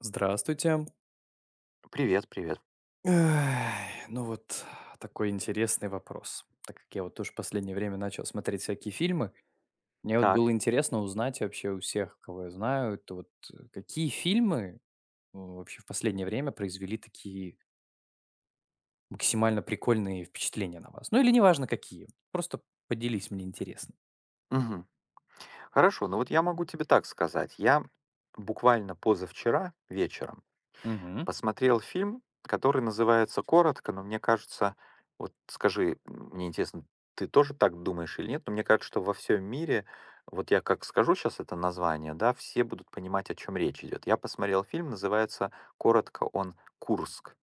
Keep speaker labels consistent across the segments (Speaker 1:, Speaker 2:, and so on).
Speaker 1: Здравствуйте.
Speaker 2: Привет, привет.
Speaker 1: Ай, ну вот такой интересный вопрос. Так как я вот тоже в последнее время начал смотреть всякие фильмы, мне вот
Speaker 2: Так.
Speaker 1: было интересно узнать вообще у всех, кого я знаю, то вот какие фильмы ну, вообще в последнее время произвели такие максимально прикольные впечатления на вас. Ну или неважно какие, просто поделись, мне интересно.
Speaker 2: Мгм. Хорошо, ну вот я могу тебе так сказать. Я буквально позавчера вечером
Speaker 1: Мгм.
Speaker 2: посмотрел фильм, который называется коротко, но мне кажется, вот скажи, мне интересно, ты тоже так думаешь или нет, но мне кажется, что во всем мире, вот я как скажу сейчас это название, да, все будут понимать, о чем речь идет. Я посмотрел фильм, называется коротко он «Курск».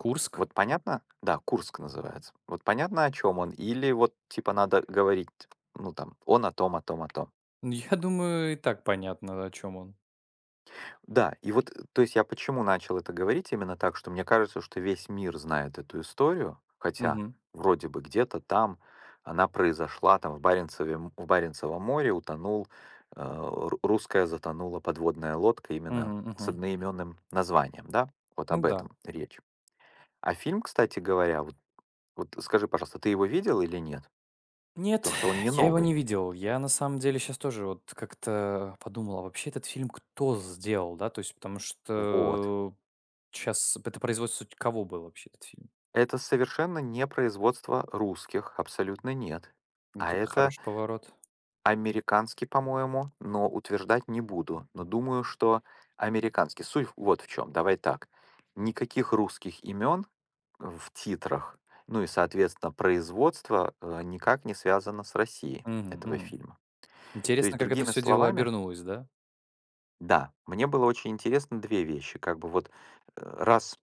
Speaker 1: Курск.
Speaker 2: Вот понятно? Да, Курск называется. Вот понятно, о чем он? Или вот типа надо говорить, ну там, он о том, о том, о том.
Speaker 1: Ну, я думаю, и так понятно, о чем он.
Speaker 2: Да, и то есть я почему начал это говорить именно так, что мне кажется, что весь мир знает эту историю, хотя
Speaker 1: Угу,
Speaker 2: вроде бы где-то там она произошла, там в Баренцевом море, русская затонула подводная лодка именно
Speaker 1: угу,
Speaker 2: с
Speaker 1: угу.
Speaker 2: одноименным названием, да? Вот
Speaker 1: Ну
Speaker 2: об
Speaker 1: да.
Speaker 2: этом речь. А фильм, кстати говоря, вот, скажи, пожалуйста, ты его видел или нет?
Speaker 1: Нет,
Speaker 2: Потому что он не
Speaker 1: я его
Speaker 2: новый.
Speaker 1: не видел. Я на самом деле сейчас тоже вот как-то подумал, а вообще этот фильм кто сделал, да? То есть потому
Speaker 2: Вот.
Speaker 1: что сейчас это производство кого был вообще этот фильм?
Speaker 2: Это совершенно не производство русских, абсолютно нет.
Speaker 1: Вот
Speaker 2: А
Speaker 1: это
Speaker 2: это
Speaker 1: хороший поворот.
Speaker 2: американский, по-моему, но утверждать не буду. Но думаю, что американский. Суть вот в чем. Давай так. Никаких русских имен в титрах, ну и, соответственно, производство никак не связано с Россией
Speaker 1: Мгм,
Speaker 2: этого
Speaker 1: мгм.
Speaker 2: фильма. То есть,
Speaker 1: Интересно, как это
Speaker 2: другими
Speaker 1: все дело
Speaker 2: словами,
Speaker 1: обернулось, да?
Speaker 2: да, мне было очень интересно две вещи. Как бы вот, раз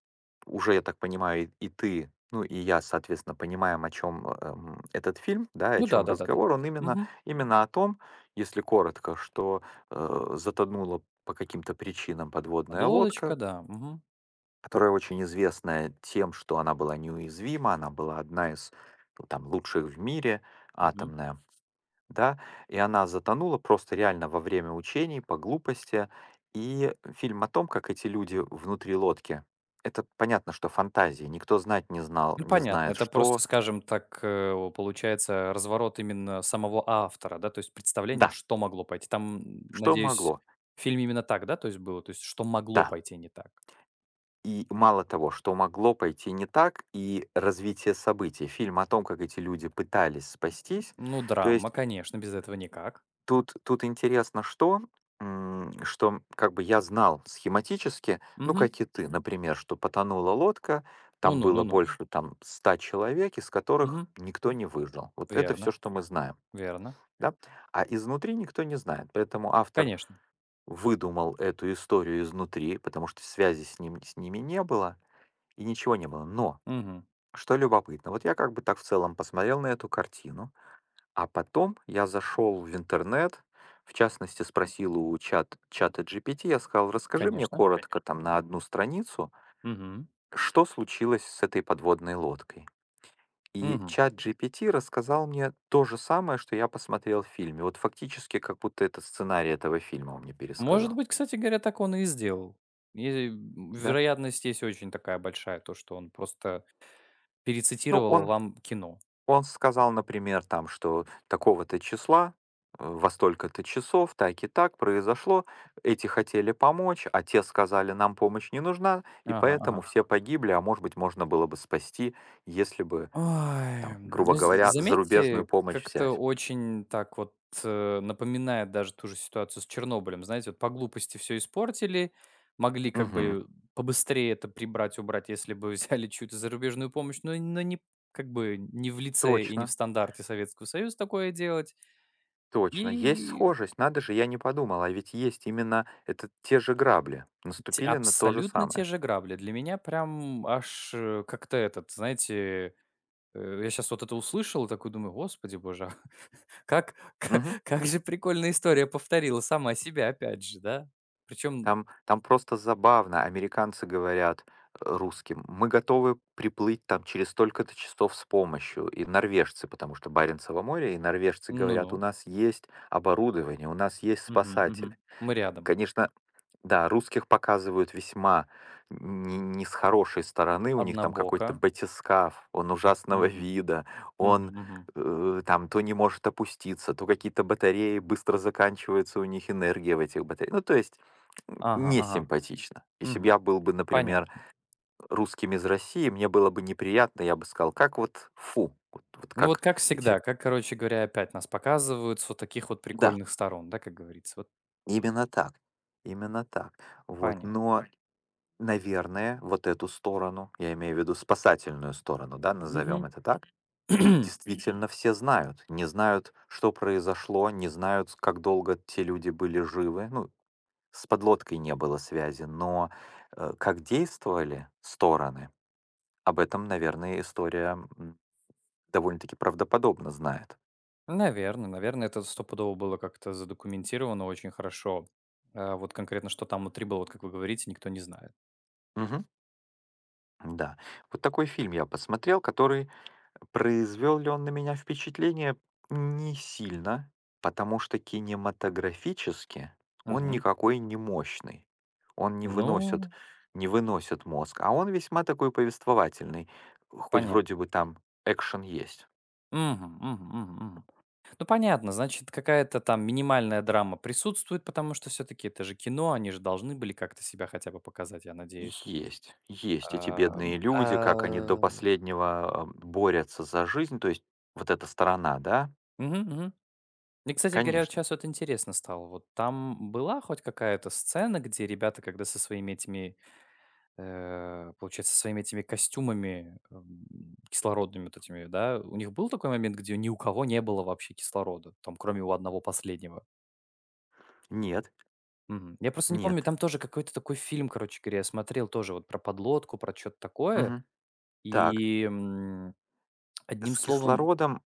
Speaker 2: уже, я так понимаю, и ты, ну и я, соответственно, понимаем, о чем, этот фильм, да, и о
Speaker 1: Ну да
Speaker 2: чем
Speaker 1: да да да да.
Speaker 2: разговор. Он именно
Speaker 1: Мгм.
Speaker 2: именно о том, если коротко, что, затонула по каким-то причинам подводная лодка,
Speaker 1: Подлодочка, да. Мгм.
Speaker 2: которая очень известная тем, что она была неуязвима, она была одна из, ну, там лучших в мире,
Speaker 1: Мгм.
Speaker 2: атомная. Да, и она затонула просто реально во время учений по глупости. И фильм о том, как эти люди внутри лодки. Это понятно, что фантазии. Никто знать не знал,
Speaker 1: Ну,
Speaker 2: не
Speaker 1: понятно.
Speaker 2: знает,
Speaker 1: Это просто,
Speaker 2: что.
Speaker 1: скажем так, о, получается разворот именно самого автора, да, то есть представление,
Speaker 2: Да,
Speaker 1: что могло пойти. Там,
Speaker 2: что
Speaker 1: надеюсь,
Speaker 2: могло.
Speaker 1: в фильме именно так, да, то есть было? То есть что могло
Speaker 2: Да.
Speaker 1: пойти не так?
Speaker 2: И мало того, что могло пойти не так, и развитие событий. Фильм о том, как эти люди пытались спастись.
Speaker 1: Ну,
Speaker 2: То
Speaker 1: драма,
Speaker 2: есть
Speaker 1: конечно, без этого никак.
Speaker 2: тут интересно что, что как бы я знал схематически, ну,
Speaker 1: Мгм.
Speaker 2: как и ты, например, что потонула лодка, там
Speaker 1: Ну-ну,
Speaker 2: было
Speaker 1: ну-ну.
Speaker 2: больше там 100 человек, из которых
Speaker 1: Мгм.
Speaker 2: никто не выжил. Вот это все,
Speaker 1: Верно,
Speaker 2: что мы знаем,
Speaker 1: верно.
Speaker 2: да. А изнутри никто не знает, поэтому автор
Speaker 1: Конечно.
Speaker 2: выдумал эту историю изнутри, потому что связи с ними не было и ничего не было. Но
Speaker 1: Мгм.
Speaker 2: что любопытно, вот я как бы так в целом посмотрел на эту картину. А потом я зашел в интернет, в частности, спросил у чата GPT, я сказал, расскажи мне
Speaker 1: Конечно.
Speaker 2: коротко там на одну страницу,
Speaker 1: Мгм.
Speaker 2: что случилось с этой подводной лодкой. И
Speaker 1: Мгм.
Speaker 2: чат GPT рассказал мне то же самое, что я посмотрел в фильме. Вот фактически, как будто это сценарий этого фильма он мне
Speaker 1: Может
Speaker 2: пересказал.
Speaker 1: быть, кстати говоря, так он и сделал. И,
Speaker 2: Да?
Speaker 1: вероятность есть очень такая большая, то, что он просто
Speaker 2: Ну,
Speaker 1: перецитировал
Speaker 2: он
Speaker 1: вам кино.
Speaker 2: Он сказал, например, там, что такого-то числа, во столько-то часов, так и так произошло, эти хотели помочь, а те сказали, нам помощь не нужна, и
Speaker 1: Ага,
Speaker 2: поэтому
Speaker 1: ага.
Speaker 2: все погибли, а может быть, можно было бы спасти, если бы,
Speaker 1: Ой,
Speaker 2: там, грубо
Speaker 1: ну, з
Speaker 2: говоря, зарубежную
Speaker 1: заметьте,
Speaker 2: помощь
Speaker 1: как-то
Speaker 2: взять.
Speaker 1: очень так вот, напоминает даже ту же ситуацию с Чернобылем. Знаете, вот по глупости все испортили, могли как
Speaker 2: Мгм.
Speaker 1: бы побыстрее это прибрать, убрать, если бы взяли чью-то зарубежную помощь, но не как бы не в лице и не в
Speaker 2: Точно,
Speaker 1: стандарте Советского Союза такое делать.
Speaker 2: точно. Есть
Speaker 1: И
Speaker 2: схожесть, надо же, я не подумал, а ведь есть именно это те же грабли.
Speaker 1: те
Speaker 2: Наступили на то же
Speaker 1: абсолютно те
Speaker 2: самое.
Speaker 1: же грабли. Для меня прям аж, как-то этот, знаете, я сейчас вот это услышал и такой думаю: "Господи боже, а как
Speaker 2: Мгм.
Speaker 1: как же прикольная история повторила сама себя опять же, да? Причем
Speaker 2: Там просто забавно. Американцы говорят, русским: "Мы готовы приплыть там через столько-то часов с помощью". И норвежцы, потому что Баренцево море, и норвежцы
Speaker 1: ну-ну.
Speaker 2: говорят: "У нас есть оборудование, у нас есть
Speaker 1: Мгм, мгм.
Speaker 2: спасатели".
Speaker 1: Мы рядом.
Speaker 2: Конечно, да, русских показывают весьма не с хорошей стороны. У них там какой-то
Speaker 1: Однобоко.
Speaker 2: батискаф, он ужасного
Speaker 1: Мгм,
Speaker 2: вида,
Speaker 1: мгм,
Speaker 2: он,
Speaker 1: мгм.
Speaker 2: там то не может опуститься, то какие-то батареи, быстро заканчивается у них энергия в этих батареях. Ну, то есть,
Speaker 1: Ага,
Speaker 2: не
Speaker 1: ага.
Speaker 2: симпатично. Если бы
Speaker 1: Мгм.
Speaker 2: я был бы, например,
Speaker 1: Понятно.
Speaker 2: русским из России, мне было бы неприятно, я бы сказал: "Как вот фу". Вот, вот
Speaker 1: Ну, вот
Speaker 2: как
Speaker 1: как
Speaker 2: эти.
Speaker 1: всегда, как, короче говоря, опять нас показывают с вот таких вот
Speaker 2: Да,
Speaker 1: прикольных сторон, да, как говорится. Вот
Speaker 2: именно так, именно так. Вот.
Speaker 1: понятно.
Speaker 2: Но наверное, вот эту сторону, я имею в виду спасательную сторону, да, назовем
Speaker 1: Мгм.
Speaker 2: это так, действительно все знают. Не знают, что произошло, не знают, как долго те люди были живы. Ну, с подлодкой не было связи, но как действовали стороны, об этом, наверное, история м, довольно-таки правдоподобно знает.
Speaker 1: Наверно, наверно, это стопудово было как-то задокументировано очень хорошо. А вот конкретно, что там внутри было, вот как вы говорите, никто не знает.
Speaker 2: Мгм. Да. Вот такой фильм я посмотрел, который произвел ли он на меня впечатление? Не сильно, потому что кинематографически он
Speaker 1: Мгм.
Speaker 2: никакой не мощный. Он
Speaker 1: Ну,
Speaker 2: не выносит мозг, а он весьма такой повествовательный, хоть вроде
Speaker 1: понятно.
Speaker 2: бы там экшен есть.
Speaker 1: Мгм, мгм, мгм, мгм. Ну, понятно, значит, какая-то там минимальная драма присутствует, потому что все-таки это же кино, они же должны были как-то себя хотя бы показать, я надеюсь.
Speaker 2: Есть эти бедные
Speaker 1: А,
Speaker 2: люди, как они до последнего борются за жизнь, то есть вот эта сторона, да?
Speaker 1: мгм, мгм. Мне, кстати говоря, вот
Speaker 2: Конечно.
Speaker 1: сейчас вот интересно стало, вот там была хоть какая-то сцена, где ребята, когда со своими этими, получается, со своими этими костюмами кислородными вот этими, да, у них был такой момент, где ни у кого не было вообще кислорода, там, кроме у одного последнего?
Speaker 2: Нет,
Speaker 1: Мгм. Я просто не помню,
Speaker 2: нет.
Speaker 1: там тоже какой-то такой фильм, короче говоря, я смотрел тоже вот про подлодку, про что то такое.
Speaker 2: Мгм. Так,
Speaker 1: И, одним
Speaker 2: с
Speaker 1: словом
Speaker 2: кислородом.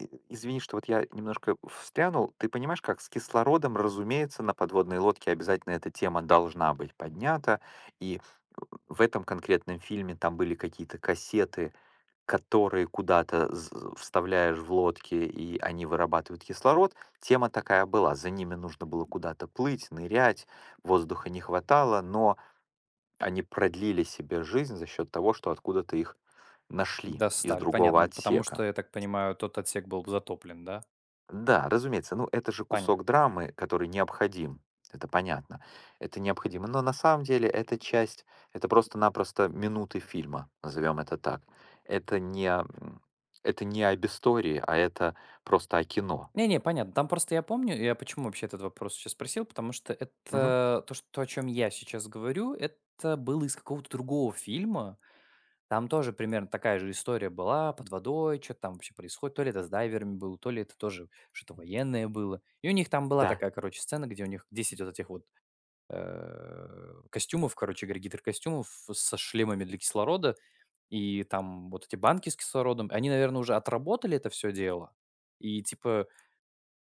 Speaker 2: И извини, что вот я немножко встрянул. Ты понимаешь, как с кислородом, разумеется, на подводной лодке обязательно эта тема должна быть поднята. И в этом конкретном фильме там были какие-то кассеты, которые куда-то вставляешь в лодки, и они вырабатывают кислород. Тема такая была. За ними нужно было куда-то плыть, нырять, воздуха не хватало, но они продлили себе жизнь за счет того, что откуда-то их нашли из
Speaker 1: достали. Понятно,
Speaker 2: другого
Speaker 1: это потому что,
Speaker 2: отсека.
Speaker 1: я так понимаю, тот отсек был затоплен, да?
Speaker 2: Да, разумеется, ну это же
Speaker 1: Понятно.
Speaker 2: кусок драмы, который необходим. Это понятно. Это необходимо. Но на самом деле эта часть, это просто-напросто минуты фильма, назовем это так. Это не, м, это не об истории, а это просто о кино.
Speaker 1: Не-не, понятно. Там просто я помню, я почему вообще этот вопрос сейчас спросил, потому что
Speaker 2: Мгм.
Speaker 1: это то, о чем я сейчас говорю, это было из какого-то другого фильма. Там тоже примерно такая же история была, под водой что то там вообще происходит. То ли это с дайверами было, то ли это тоже что-то военное было. И у них там была
Speaker 2: Да.
Speaker 1: такая, короче, сцена, где у них 10 вот этих вот, костюмов, короче говоря, гидрокостюмов со шлемами для кислорода, и там вот эти банки с кислородом. Они, наверное, уже отработали это все дело, и типа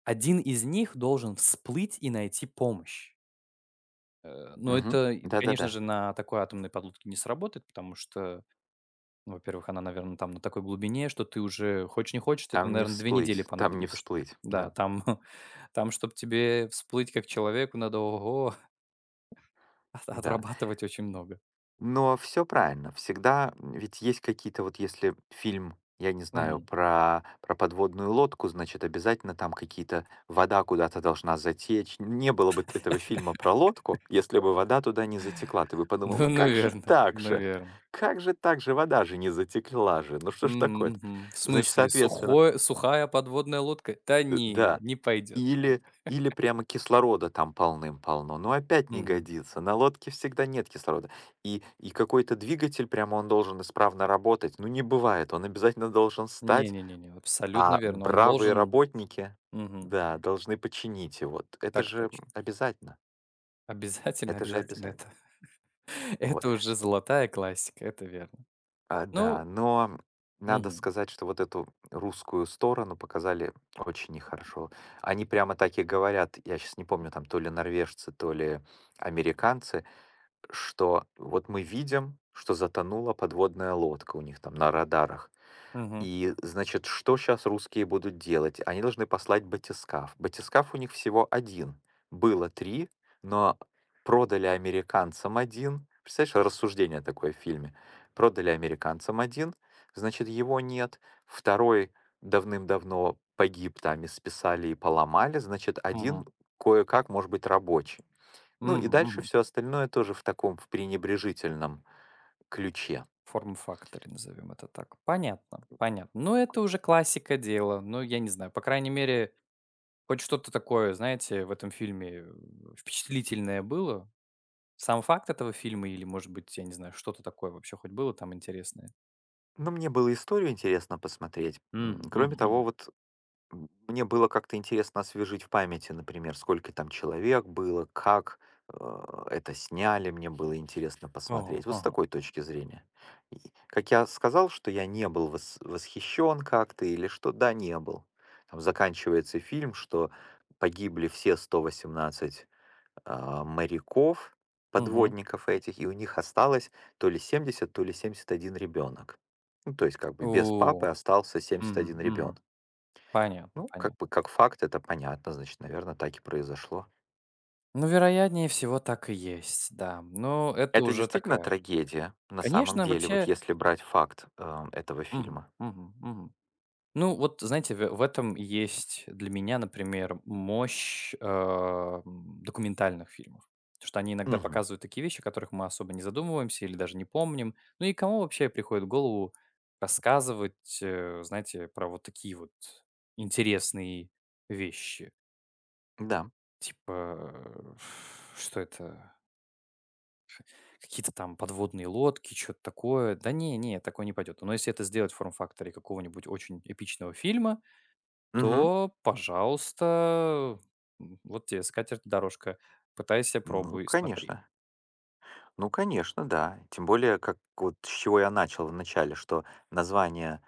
Speaker 1: один из них должен всплыть и найти помощь. Но
Speaker 2: Мгм.
Speaker 1: это, и, конечно
Speaker 2: Да-да-да.
Speaker 1: же, на такой атомной подлодке не сработает, потому что ну, во-первых, она, наверное, там на такой глубине, что ты уже, хочешь не хочешь, тебе там,
Speaker 2: Там не
Speaker 1: наверное, 2 недели
Speaker 2: всплыть, там не
Speaker 1: понадобится, чт
Speaker 2: всплыть.
Speaker 1: Да,
Speaker 2: Да,
Speaker 1: там там, чтобы тебе всплыть как человеку, надо, ого, от
Speaker 2: да.
Speaker 1: отрабатывать очень много.
Speaker 2: Но все правильно. Всегда ведь есть какие-то вот если фильм, я не знаю,
Speaker 1: Мгм.
Speaker 2: про подводную лодку, значит, обязательно там какие-то вода куда-то должна затечь. Не было бы этого фильма про лодку, если бы вода туда не затекла. Ты бы подумал:
Speaker 1: Ну,
Speaker 2: "Ну как же
Speaker 1: наверно,
Speaker 2: так же?
Speaker 1: наверно.
Speaker 2: Как же так же? Вода же не затекла же. Ну что ж
Speaker 1: Мгм,
Speaker 2: такое-то?"
Speaker 1: мгм. В
Speaker 2: Значит,
Speaker 1: смысле,
Speaker 2: соответственно,
Speaker 1: сухое сухая подводная лодка? Да не,
Speaker 2: да.
Speaker 1: не пойдет.
Speaker 2: Или или прямо кислорода там полным-полно, но опять не
Speaker 1: Мгм.
Speaker 2: годится. На лодке всегда нет кислорода. И какой-то двигатель, прямо он должен исправно работать. Ну, не бывает, он обязательно должен
Speaker 1: Не
Speaker 2: стать,
Speaker 1: не не не, абсолютно
Speaker 2: а
Speaker 1: верно. Он
Speaker 2: бравые
Speaker 1: должен.
Speaker 2: работники,
Speaker 1: Мгм.
Speaker 2: да, должны починить его. Т Это
Speaker 1: Так
Speaker 2: же,
Speaker 1: точно.
Speaker 2: обязательно,
Speaker 1: Обязательно
Speaker 2: это же
Speaker 1: обязательно
Speaker 2: обязательно.
Speaker 1: это
Speaker 2: Вот.
Speaker 1: это уже золотая классика, это верно.
Speaker 2: А, да,
Speaker 1: Ну.
Speaker 2: но надо
Speaker 1: Мгм.
Speaker 2: сказать, что вот эту русскую сторону показали очень нехорошо. Они прямо так и говорят, я сейчас не помню, там то ли норвежцы, то ли американцы, что вот мы видим, что затонула подводная лодка у них там на радарах.
Speaker 1: Мгм.
Speaker 2: И, значит, что сейчас русские будут делать? Они должны послать батискаф. Батискаф у них всего один. Было три, но продали американцам один. Представляешь, рассуждение такое в фильме. Продали американцам один, значит, его нет. Второй давным-давно погиб там и списали и поломали, значит,
Speaker 1: Мгм.
Speaker 2: один кое-как может быть рабочий. Ну
Speaker 1: Мгм,
Speaker 2: и дальше
Speaker 1: мгм.
Speaker 2: все остальное тоже в таком, в пренебрежительном ключе.
Speaker 1: Форм-факторе, назовем это так. Понятно, понятно. Ну, это уже классика дела. Ну, я не знаю, по крайней мере, хоть что-то такое, знаете, в этом фильме впечатлительное было. Сам факт этого фильма или, может быть, я не знаю, что-то такое вообще хоть было там интересное?
Speaker 2: Но мне было историю интересно посмотреть.
Speaker 1: Мгм, мгм,
Speaker 2: Кроме того,
Speaker 1: мгм.
Speaker 2: вот мне было как-то интересно освежить в памяти, например, сколько там человек было, как это сняли, мне было интересно
Speaker 1: Ага,
Speaker 2: посмотреть. Вот с
Speaker 1: ага.
Speaker 2: такой точки зрения. И как я сказал, что я не был восхищен как-то или что, да, не был. Там заканчивается фильм, что погибли все 118 моряков,
Speaker 1: Мгм.
Speaker 2: подводников этих, и у них осталось то ли 70, то ли 71 ребенок. Ну, то есть, как бы без папы
Speaker 1: О,
Speaker 2: остался семьдесят
Speaker 1: мгм,
Speaker 2: один ребенок.
Speaker 1: мгм. Понятно,
Speaker 2: Ну, как бы
Speaker 1: понятно.
Speaker 2: как факт, это понятно, значит, наверное, так и произошло.
Speaker 1: Ну, вероятнее всего, так и есть, да. Но это
Speaker 2: Это
Speaker 1: уже
Speaker 2: действительно
Speaker 1: такая.
Speaker 2: трагедия, на самом
Speaker 1: Конечно,
Speaker 2: деле, вот
Speaker 1: вообще.
Speaker 2: если брать факт этого
Speaker 1: Мгм,
Speaker 2: фильма.
Speaker 1: мгм, мгм. Ну, вот, знаете, в этом есть для меня, например, мощь, документальных фильмов. Потому что они иногда
Speaker 2: Мгм.
Speaker 1: показывают такие вещи, о которых мы особо не задумываемся или даже не помним. Ну и кому вообще приходит в голову рассказывать, знаете, про вот такие вот интересные вещи?
Speaker 2: Да.
Speaker 1: Типа, что это? Какие-то там подводные лодки, что то такое. Да не, не, такое не пойдет. Но если это сделать в форм-факторе какого-нибудь очень эпичного фильма,
Speaker 2: Мгм.
Speaker 1: то, пожалуйста, вот тебе скатерть дорожка. Пытайся,
Speaker 2: Ну,
Speaker 1: пробуй, смотри.
Speaker 2: конечно. Ну, конечно, да. Тем более, как вот с чего я начал в начале, что название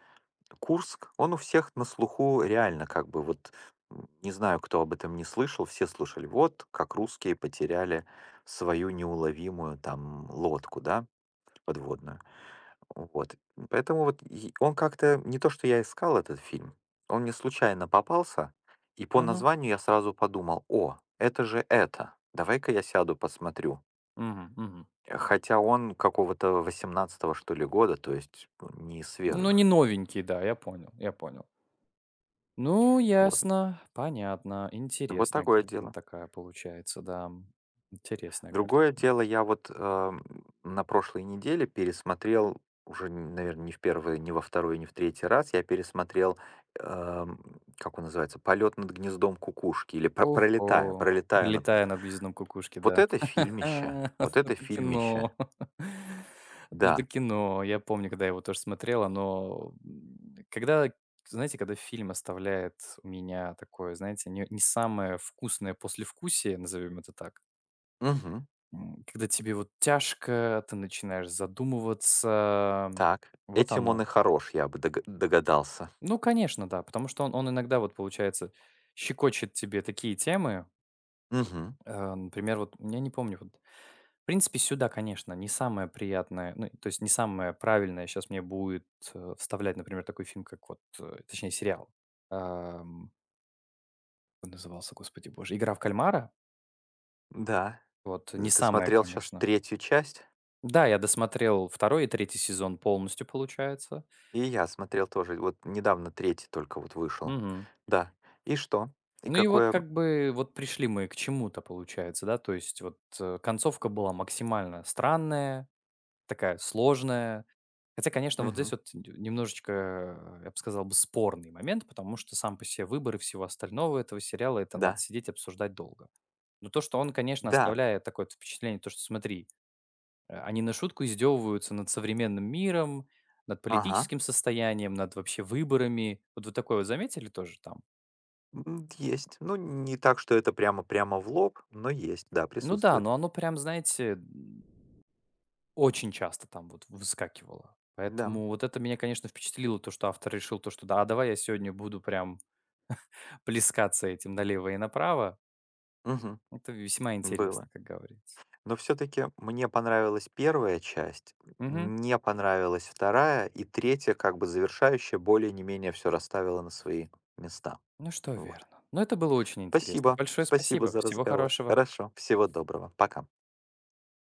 Speaker 2: Курск, он у всех на слуху реально как бы вот, не знаю, кто об этом не слышал, все слышали, вот как русские потеряли свою неуловимую там лодку, да, подводную. Вот. Поэтому вот и он как-то, не то что я искал этот фильм, он мне случайно попался, и по
Speaker 1: Мгм.
Speaker 2: названию я сразу подумал, о, это же это, давай-ка я сяду, посмотрю.
Speaker 1: Мгм, мгм.
Speaker 2: Хотя он какого-то восемнадцатого что ли, года, то есть ну, не из
Speaker 1: Ну, не
Speaker 2: свежих.
Speaker 1: новенький, да, я понял, я понял. Ну,
Speaker 2: Вот.
Speaker 1: ясно, понятно.
Speaker 2: Вот
Speaker 1: Интересная
Speaker 2: такое
Speaker 1: картина
Speaker 2: дело.
Speaker 1: такая получается, да. Интересная
Speaker 2: Другое
Speaker 1: картина.
Speaker 2: дело, я вот, на прошлой неделе пересмотрел уже, наверное, не в первый, не во второй, не в третий раз, я пересмотрел, эм, как он называется, "Полет над гнездом кукушки" или "Про
Speaker 1: Ого,
Speaker 2: пролетая над
Speaker 1: пролетая
Speaker 2: гнездом".
Speaker 1: над гнездом кукушки,
Speaker 2: Вот
Speaker 1: да.
Speaker 2: это фильмище,
Speaker 1: Вот
Speaker 2: вот это
Speaker 1: это
Speaker 2: фильмище.
Speaker 1: кино. Вот это
Speaker 2: Да.
Speaker 1: кино. Я помню, когда я его тоже смотрел, оно, когда, знаете, когда фильм оставляет у меня такое, знаете, не не самое вкусное послевкусие, назовем это так.
Speaker 2: Мгм.
Speaker 1: Когда тебе вот тяжко, ты начинаешь задумываться.
Speaker 2: Так.
Speaker 1: Вот
Speaker 2: Этим
Speaker 1: оно.
Speaker 2: он и хорош, я бы догадался.
Speaker 1: Ну, конечно, да, потому что он иногда вот, получается, щекочет тебе такие темы.
Speaker 2: Мгм.
Speaker 1: Например, вот я не помню вот. В принципе, сюда, конечно, не самое приятное, ну, то есть не самое правильное сейчас мне будет вставлять, например, такой фильм, как вот, точнее, сериал. Ам, он назывался, господи боже, «Игра в кальмара».
Speaker 2: Да.
Speaker 1: Вот, не
Speaker 2: Ты
Speaker 1: самое,
Speaker 2: смотрел сейчас
Speaker 1: конечно.
Speaker 2: третью часть?
Speaker 1: Да, я досмотрел второй и третий сезон полностью, получается.
Speaker 2: И я смотрел тоже. Вот недавно третий только вот вышел.
Speaker 1: Мгм.
Speaker 2: Да. И что? И
Speaker 1: Ну и вот
Speaker 2: какое?
Speaker 1: как бы вот пришли мы к чему-то, получается, да, то есть вот концовка была максимально странная. Такая сложная. Хотя, конечно, вот
Speaker 2: Мгм.
Speaker 1: здесь вот н немножечко, я бы сказал бы, спорный момент, потому что сам по себе выбор и всего остального этого сериала- это надо
Speaker 2: Да.
Speaker 1: сидеть и обсуждать долго. Но то, что он, конечно,
Speaker 2: Да.
Speaker 1: оставляет такое вот впечатление, то, что смотри, они на шутку издевываются над современным миром, над
Speaker 2: Ага.
Speaker 1: политическим состоянием, над вообще выборами. Вот вы такое вот заметили тоже там?
Speaker 2: Есть. Ну, не так, что это прямо прямо в лоб, но есть. Да,
Speaker 1: Ну да,
Speaker 2: присутствует.
Speaker 1: но оно прям, знаете, очень часто там вот выскакивало.
Speaker 2: Да.
Speaker 1: Поэтому вот это меня, конечно, впечатлило, то, что автор решил то, что да, а давай я сегодня буду прям плескаться этим налево и направо.
Speaker 2: Мгм.
Speaker 1: Это весьма интересно,
Speaker 2: Было.
Speaker 1: как говорится.
Speaker 2: Но все таки мне понравилась первая часть,
Speaker 1: Мгм.
Speaker 2: не понравилась вторая и третья как бы завершающая, более не менее все расставила на свои места.
Speaker 1: Ну что,
Speaker 2: Вот.
Speaker 1: верно. Но это было очень интересно.
Speaker 2: Спасибо.
Speaker 1: Большое
Speaker 2: Спасибо
Speaker 1: спасибо.
Speaker 2: за
Speaker 1: Всего
Speaker 2: разговор.
Speaker 1: хорошего.
Speaker 2: Хорошо. Всего доброго. Пока.